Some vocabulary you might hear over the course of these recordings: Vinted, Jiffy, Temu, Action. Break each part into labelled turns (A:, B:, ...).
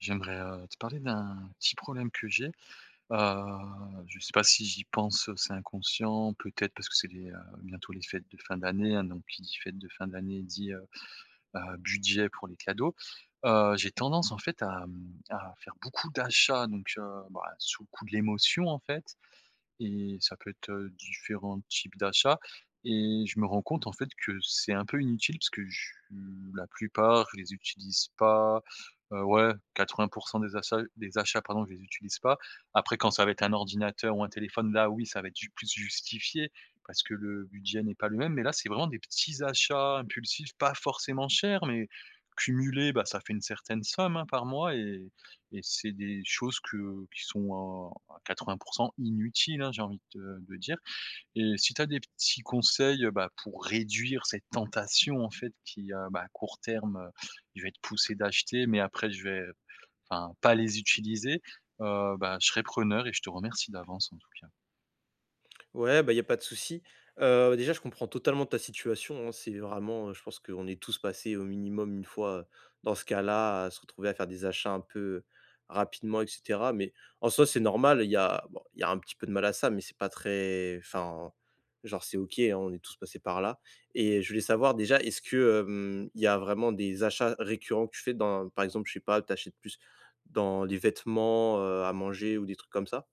A: J'aimerais, te parler d'un petit problème que j'ai. Je ne sais pas si j'y pense, c'est inconscient, peut-être parce que c'est les, bientôt les fêtes de fin d'année, hein, donc qui dit fêtes de fin d'année dit, budget pour les cadeaux. J'ai tendance en fait à faire beaucoup d'achats donc bah, sous le coup de l'émotion en fait et ça peut être, différents types d'achats et je me rends compte en fait que c'est un peu inutile parce que je la plupart, je les utilise pas. Ouais, 80 des achats pardon, je les utilise pas. Après quand ça va être un ordinateur ou un téléphone, là oui, ça va être ju plus justifié parce que le budget n'est pas le même. Mais là, c'est vraiment des petits achats impulsifs, pas forcément chers, mais cumulés, bah, ça fait une certaine somme, hein, par mois et c'est des choses que qui sont, 80 inutile, hein, j'ai envie de dire. Et si tu as des petits conseils, bah, pour réduire cette tentation, en fait, qui, bah, à court terme, je vais être poussé d'acheter, mais après je vais, enfin, pas les utiliser, bah, je serai preneur et je te remercie d'avance, en tout cas.
B: Ouais, bah, il y a pas de souci. Déjà, je comprends totalement ta situation, hein. C'est vraiment, je pense qu'on est tous passés au minimum une fois, dans ce cas-là, à se retrouver à faire des achats un peu rapidement et cetera. Mais en soi, c'est normal, il y a bon, il y a un petit peu de mal à ça, mais c'est pas très enfin, genre, c'est OK, hein, on est tous passés par là. Et je voulais savoir déjà, est-ce que, il y a vraiment des achats récurrents que tu fais dans par exemple, je sais pas, tu achètes plus dans les vêtements, à manger ou des trucs comme ça?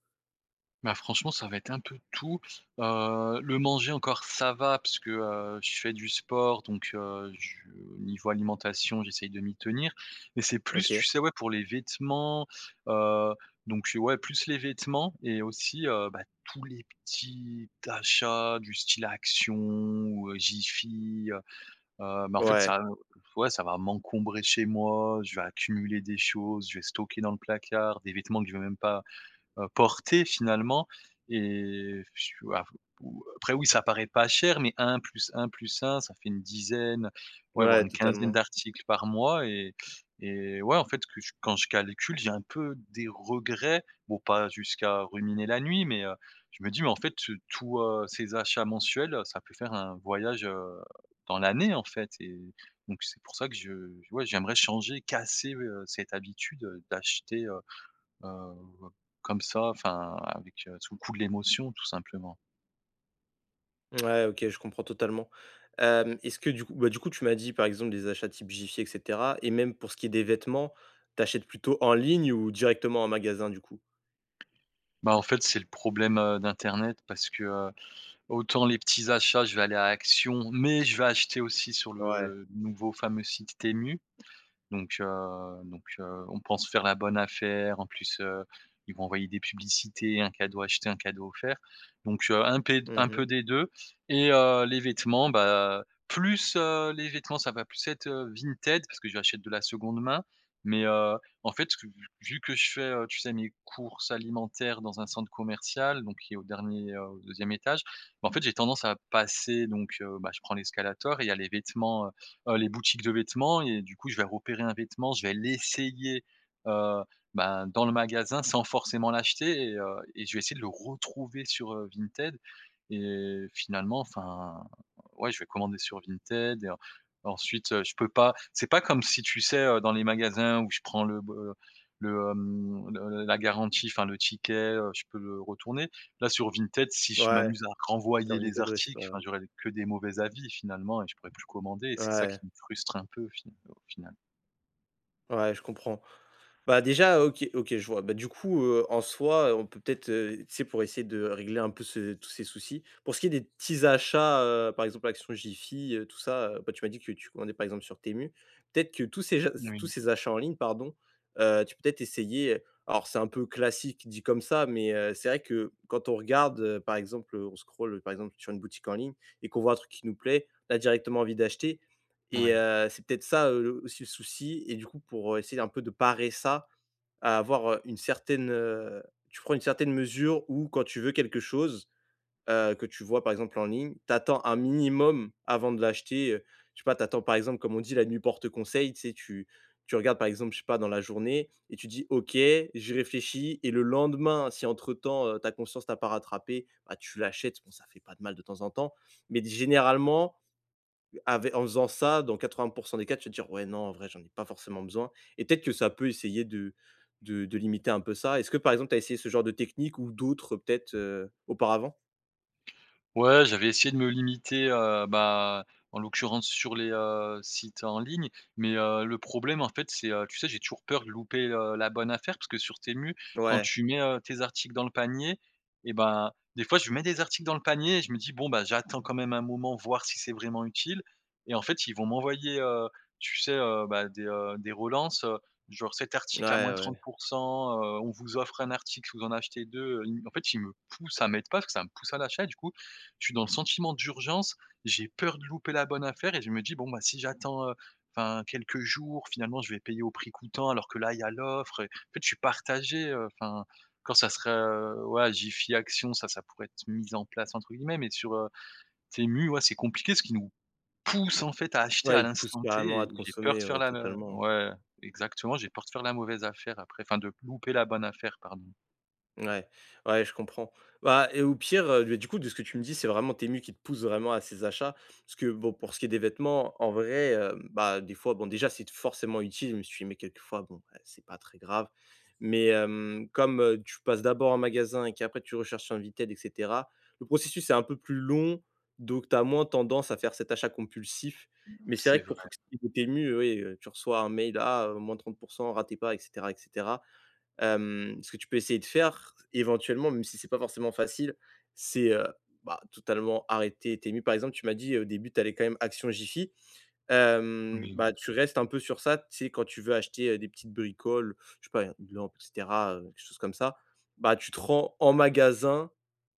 A: Bah, franchement, ça va être un peu tout. Le manger encore ça va parce que, je fais du sport donc je au niveau alimentation, j'essaye de m'y tenir. Mais c'est plus,
B: OK.
A: tu sais, ouais, pour les vêtements, heu, donc ouais, plus les vêtements et aussi, bah, tous les petits achats du style Action ou, Jiffy, bah, en fait,
B: Ouais,
A: ça ouais, ça va m'encombrer chez moi, je vais accumuler des choses, je vais stocker dans le placard, des vêtements que je vais même pas porter finalement et je waouh, ou après oui, ça paraît pas cher, mais un plus un plus un ça fait une dizaine, ouais, voire
B: ouais,
A: une quinzaine
B: totalement.
A: d'articles par mois et ouais, en fait, que je quand je calcule, j'ai un peu des regrets. Bon, pas jusqu'à ruminer la nuit, mais je me dis: «Mais en fait, tous, ces achats mensuels, ça peut faire un voyage, dans l'année, en fait» et donc c'est pour ça que je ouais, j'aimerais changer, casser, cette habitude, d'acheter, Heu, comme ça, enfin avec, sous le coup de l'émotion tout simplement.
B: Ouais, OK, je comprends totalement. Est-ce que du coup, tu m'as dit, par exemple, des achats type Jiffy et cetera et même pour ce qui est des vêtements, t'achètes plutôt en ligne ou directement en magasin, du coup?
A: Bah, en fait, c'est le problème, d'internet parce que, autant les petits achats, je vais aller à Action, mais je vais acheter aussi sur
B: Ouais.
A: le nouveau fameux site Temu. Donc heu donc on pense faire la bonne affaire. En plus, ils vont envoyer des publicités, un cadeau acheté, un cadeau offert. Donc un pé un
B: Mmh.
A: peu des 2. Et les vêtements, bah, plus, les vêtements, ça va plus être, Vinted parce que j'achète de la seconde main. Mais en fait, vu que je fais, tu sais, mes courses alimentaires dans un centre commercial, donc qui est au dernier, au deuxième étage, bah, en fait, j'ai tendance à passer donc bah, je prends l'escalator et il y a les vêtements, les boutiques de vêtements et du coup, je vais repérer un vêtement, je vais l'essayer, heu, ben, dans le magasin sans forcément l'acheter et je vais essayer de le retrouver sur, Vinted et finalement, enfin, ouais, je vais commander sur Vinted et en ensuite, je peux pas c'est pas comme si tu sais, dans les magasins où je prends le b le, hem, le la garantie, enfin le ticket, je peux le retourner. Là, sur Vinted, si je
B: Ouais,
A: m'amuse à
B: sur
A: renvoyer les
B: Vinted, ouais, c'est pas
A: articles, enfin, j'aurais que des mauvais avis finalement et je pourrais plus commander et c'est ça qui
B: ouais,
A: me frustre un peu au final.
B: ouais, je comprends. Bah, déjà, OK, OK, je vois. Bah, du coup, en soi, on peut-être, tu sais, pour essayer de régler un peu ce tous ces soucis, pour ce qui est des petits achats, par exemple, Action Jiffy, tout ça, bah, tu m'as dit que tu commandais, par exemple, sur Temu. Peut-être que tous ces ja tous
A: Oui,
B: ces achats en ligne, pardon, tu peux peut-être essayer, alors c'est un peu classique dit comme ça, mais c'est vrai que quand on regarde, par exemple, on scrolle, par exemple, sur une boutique en ligne et qu'on voit un truc qui nous plaît, on a directement envie d'acheter et
A: oui.
B: c'est peut-être ça, le souci et du coup, pour, essayer un peu de parer ça, à avoir une certaine, tu prends une certaine mesure où quand tu veux quelque chose, que tu vois par exemple en ligne, t'attends un minimum avant de l'acheter, je sais pas, t'attends par exemple comme on dit la nuit porte conseil, tu sais, tu regardes par exemple, je sais pas, dans la journée et tu dis: «OK, j'y réfléchis» et le lendemain, si entre temps, ta conscience t'a pas rattrapé, bah, tu l'achètes. Bon, ça fait pas de mal de temps en temps, mais généralement, Ave en faisant ça, dans 80 des cas, tu vas te dire: «Ouais, non, en vrai, j'en ai pas forcément besoin» et peut-être que ça peut essayer de limiter un peu ça. Est-ce que, par exemple, tu as essayé ce genre de technique ou d'autres peut-être, auparavant?
A: Ouais, j'avais essayé de me limiter, bah, en l'occurrence sur les, sites en ligne, mais, le problème en fait c'est, tu sais j'ai toujours peur de louper, la bonne affaire parce que sur Temu, quand
B: Ouais,
A: tu mets, tes articles dans le panier et ben, des fois je mets des articles dans le panier et je me dis: «Bon bah, j'attends quand même un moment voir si c'est vraiment utile» et en fait ils vont m'envoyer, tu sais, bah, des relances, genre: «Cet article à
B: ouais,
A: moins 30
B: ouais.
A: on vous offre un article si vous en achetez 2. Ils en fait ils me poussent, à mettre pas parce que ça me pousse à l'achat du coup, je suis dans le sentiment d'urgence, j'ai peur de louper la bonne affaire et je me dis: «Bon, bah, si j'attends, enfin, quelques jours, finalement, je vais payer au prix coûtant alors que là, il y a l'offre» et en fait, je suis partagé, enfin, quand ça serait, ouais, Jiffy Action, ça pourrait être «mis en place» entre guillemets, mais sur, Temu, ouais, c'est compliqué ce qui nous pousse en fait, à acheter
B: Ouais,
A: à
B: ils te poussent
A: l'instant T
B: carrément à
A: et
B: te
A: j'ai peur de
B: consommer,
A: faire
B: ouais,
A: la la
B: totalement.
A: ouais, exactement, j'ai peur de faire la mauvaise affaire après, enfin, de louper la bonne affaire, pardon.
B: Ouais, ouais, je comprends. Bah et au pire, du coup, de ce que tu me dis, c'est vraiment tes mue qui te poussent vraiment à ces achats. Parce que bon, pour ce qui est des vêtements, en vrai, bah, des fois, bon, déjà, c'est forcément utile. Je me suis dit: «Mais quelquefois, bon, bah, c'est pas très grave». Mais comme, tu passes d'abord un magasin et qu'après tu recherches sur Vinted et cetera, le processus est un peu plus long, donc tu as moins tendance à faire cet achat compulsif. Mais c'est vrai
A: C'est
B: que
A: vrai,
B: pour ce qui est de tes mue, oui, tu reçois un mail: «Ah, moins trente pour cent, ratez pas» et cetera et cetera. Ce que tu peux essayer de faire éventuellement, même si c'est pas forcément facile, c'est, bah, totalement arrêter tes nuits. Par exemple, tu m'as dit, au début, tu allais quand même Action Jiffy. Hem,
A: oui,
B: bah, tu restes un peu sur ça. Tu sais, quand tu veux acheter, des petites bricoles, je sais pas, une lampe et cetera, quelque chose comme ça, bah, tu te rends en magasin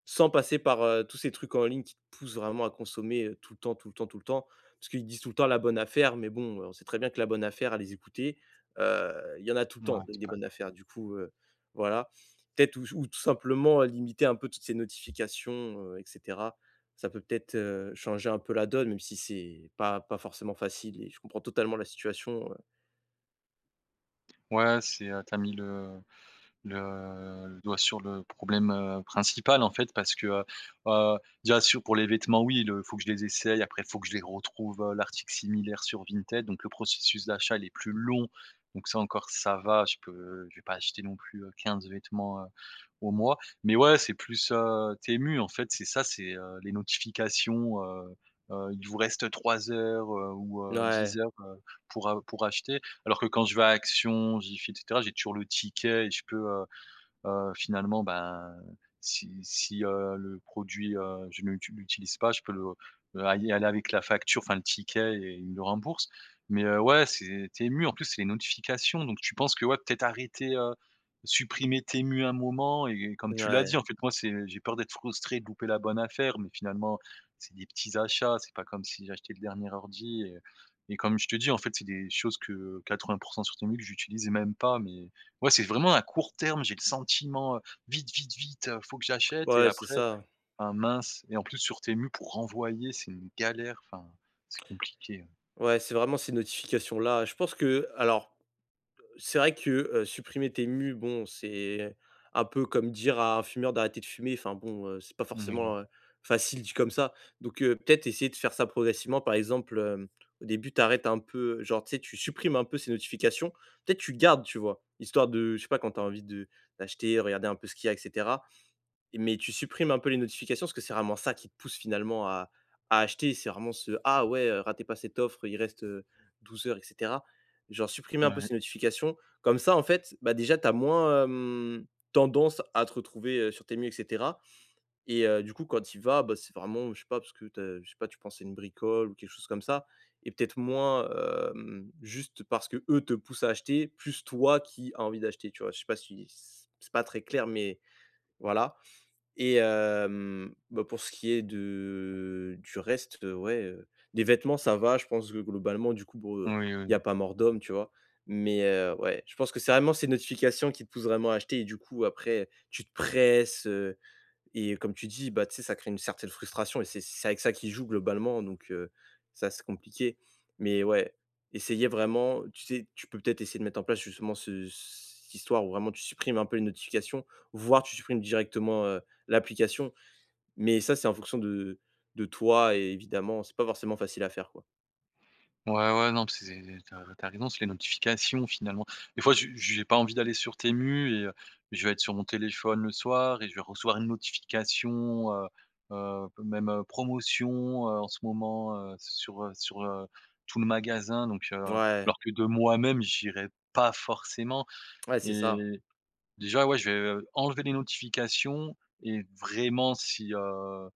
B: sans passer par, tous ces trucs en ligne qui te poussent vraiment à consommer, tout le temps, tout le temps, tout le temps. Parce qu'ils disent tout le temps la bonne affaire, mais bon, on sait très bien que la bonne affaire à les écouter, il y en a tout le temps
A: ouais,
B: des
A: c'est
B: des
A: pas
B: bonnes affaires. Du coup, voilà. Peut-être ou tout simplement, limiter un peu toutes ces notifications, et cetera. Ça peut-être, changer un peu la donne, même si c'est pas forcément facile et je comprends totalement la situation.
A: ouais, c'est, tu mis le doigt sur le problème, principal en fait parce que, heu, déjà sur pour les vêtements oui, il faut que je les essaye, après il faut que je les retrouve, l'article similaire sur Vinted, donc le processus d'achat il est plus long, donc ça encore ça va, je vais pas acheter non plus, 15 vêtements, au mois. Mais ouais, c'est plus, TMU en fait, c'est ça, c'est, les notifications, il vous reste 3 heures, ou 10
B: Ouais,
A: heures, pour acheter alors que quand je vais à Action, Jiffy et cetera, j'ai toujours le ticket et je peux, finalement, ben, si, le produit, je ne l'utilise pas, je peux aller avec la facture, enfin le ticket et il me le rembourse. Mais, ouais, c'est Temu, en plus, c'est les notifications, donc tu penses que ouais, peut-être arrêter, supprimer Temu un moment et comme tu l'as dit,
B: ouais,
A: en fait, moi, c'est j'ai peur d'être frustré, de louper la bonne affaire, mais finalement, c'est des petits achats, c'est pas comme si j'achetais le dernier ordi et comme je te dis, en fait, c'est des choses que 80 sur Temu que j'utilise même pas, mais Ouais, c'est vraiment à court terme, j'ai le sentiment, vite, vite, vite, faut que j'achète et
B: ouais, c'est
A: après,
B: ça.
A: ah mince et en plus sur Temu pour renvoyer, c'est une galère, enfin, c'est compliqué,
B: Ouais, c'est vraiment ces notifications-là. Je pense que alors c'est vrai que, supprimer tes mûs, bon, c'est un peu comme dire à un fumeur d'arrêter de fumer. Enfin bon, c'est pas
A: Oui,
B: forcément, facile dit comme ça. Donc, peut-être essayer de faire ça progressivement. Par exemple, au début, tu arrêtes un peu, genre, tu sais, tu supprimes un peu ces notifications. Peut-être tu gardes, tu vois? Histoire de je sais pas, quand tu as envie de d'acheter, regarder un peu ce qu'il y a et cetera. Mais tu supprimes un peu les notifications parce que c'est vraiment ça qui te pousse finalement à acheter. C'est vraiment ce: «Ah ouais, ratez pas cette offre, il reste, 12 heures» et cetera. Genre supprimer un peu
A: ouais,
B: ces notifications. Comme ça, en fait, bah, déjà tu as moins, tendance à te retrouver, sur tes murs et cetera et du coup, quand tu y vas, bah, c'est vraiment, je sais pas, parce que tu je sais pas, tu penses à une bricole ou quelque chose comme ça et peut-être moins, juste parce que eux te poussent à acheter, plus toi qui as envie d'acheter, tu vois? Je sais pas si c'est pas très clair, mais voilà. Et pour ce qui est de du reste, ouais, les vêtements, ça va, je pense que globalement, du coup, bon,
A: oui,
B: il y
A: oui.
B: a pas mort d'homme, tu vois? Mais ouais, je pense que c'est vraiment ces notifications qui te poussent vraiment à acheter et du coup, après, tu te presses, et comme tu dis, bah, tu sais, ça crée une certaine frustration et c'est avec ça qu'ils jouent globalement, donc ça, c'est compliqué. Mais ouais, essayer vraiment tu sais, tu peux peut-être essayer de mettre en place justement ce cette histoire où vraiment tu supprimes un peu les notifications, voire tu supprimes directement, l'application. Mais ça, c'est en fonction de toi et évidemment, c'est pas forcément facile à faire, quoi.
A: Ouais, ouais, non, puis c'est tu as raison, c'est les notifications finalement. Des fois, j'ai pas envie d'aller sur Temu et je vais être sur mon téléphone le soir et je vais recevoir une notification, même, promotion, en ce moment, sur, tout le magasin donc
B: Ouais,
A: alors que de moi-même, j'irais pas forcément
B: ouais, c'est ça.
A: et déjà, ouais, je vais, enlever les notifications et vraiment si, euh,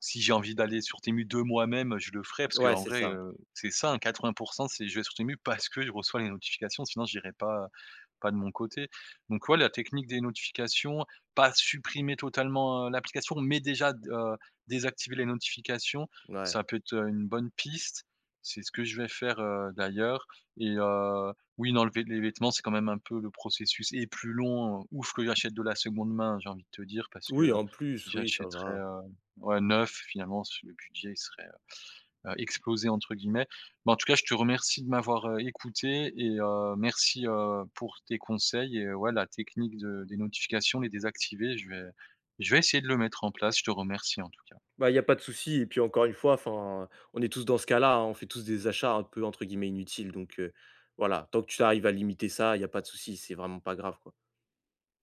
A: si j'ai envie d'aller sur Temu de moi-même, je le ferai parce
B: Ouais,
A: qu'en
B: c'est
A: vrai,
B: ça.
A: c'est ça, hein, 80 c'est je vais sur Temu parce que je reçois les notifications, sinon j'irai pas de mon côté. Donc ouais, la technique des notifications, pas supprimer totalement, l'application, mais déjà d désactiver les notifications,
B: Ouais.
A: ça peut être, une bonne piste. C'est ce que je vais faire, d'ailleurs et oui, d'enlever les vêtements, c'est quand même un peu le processus est plus long. Ouf que j'achète de la seconde main, j'ai envie de te dire, parce
B: Oui,
A: que
B: en
A: si
B: plus, oui, ça
A: j'achèterais,
B: va.
A: Ouais, 9 finalement s le budget il serait, «explosé» entre guillemets. Mais en tout cas, je te remercie de m'avoir, écouté et merci, pour tes conseils et ouais, la technique de des notifications, les désactiver, je vais essayer de le mettre en place. Je te remercie en tout cas.
B: Bah, il y a pas de souci et puis encore une fois, enfin, on est tous dans ce cas-là, hein, on fait tous des achats un peu entre guillemets «inutiles» donc voilà, tant que tu arrives à limiter ça, il y a pas de souci, c'est vraiment pas grave, quoi.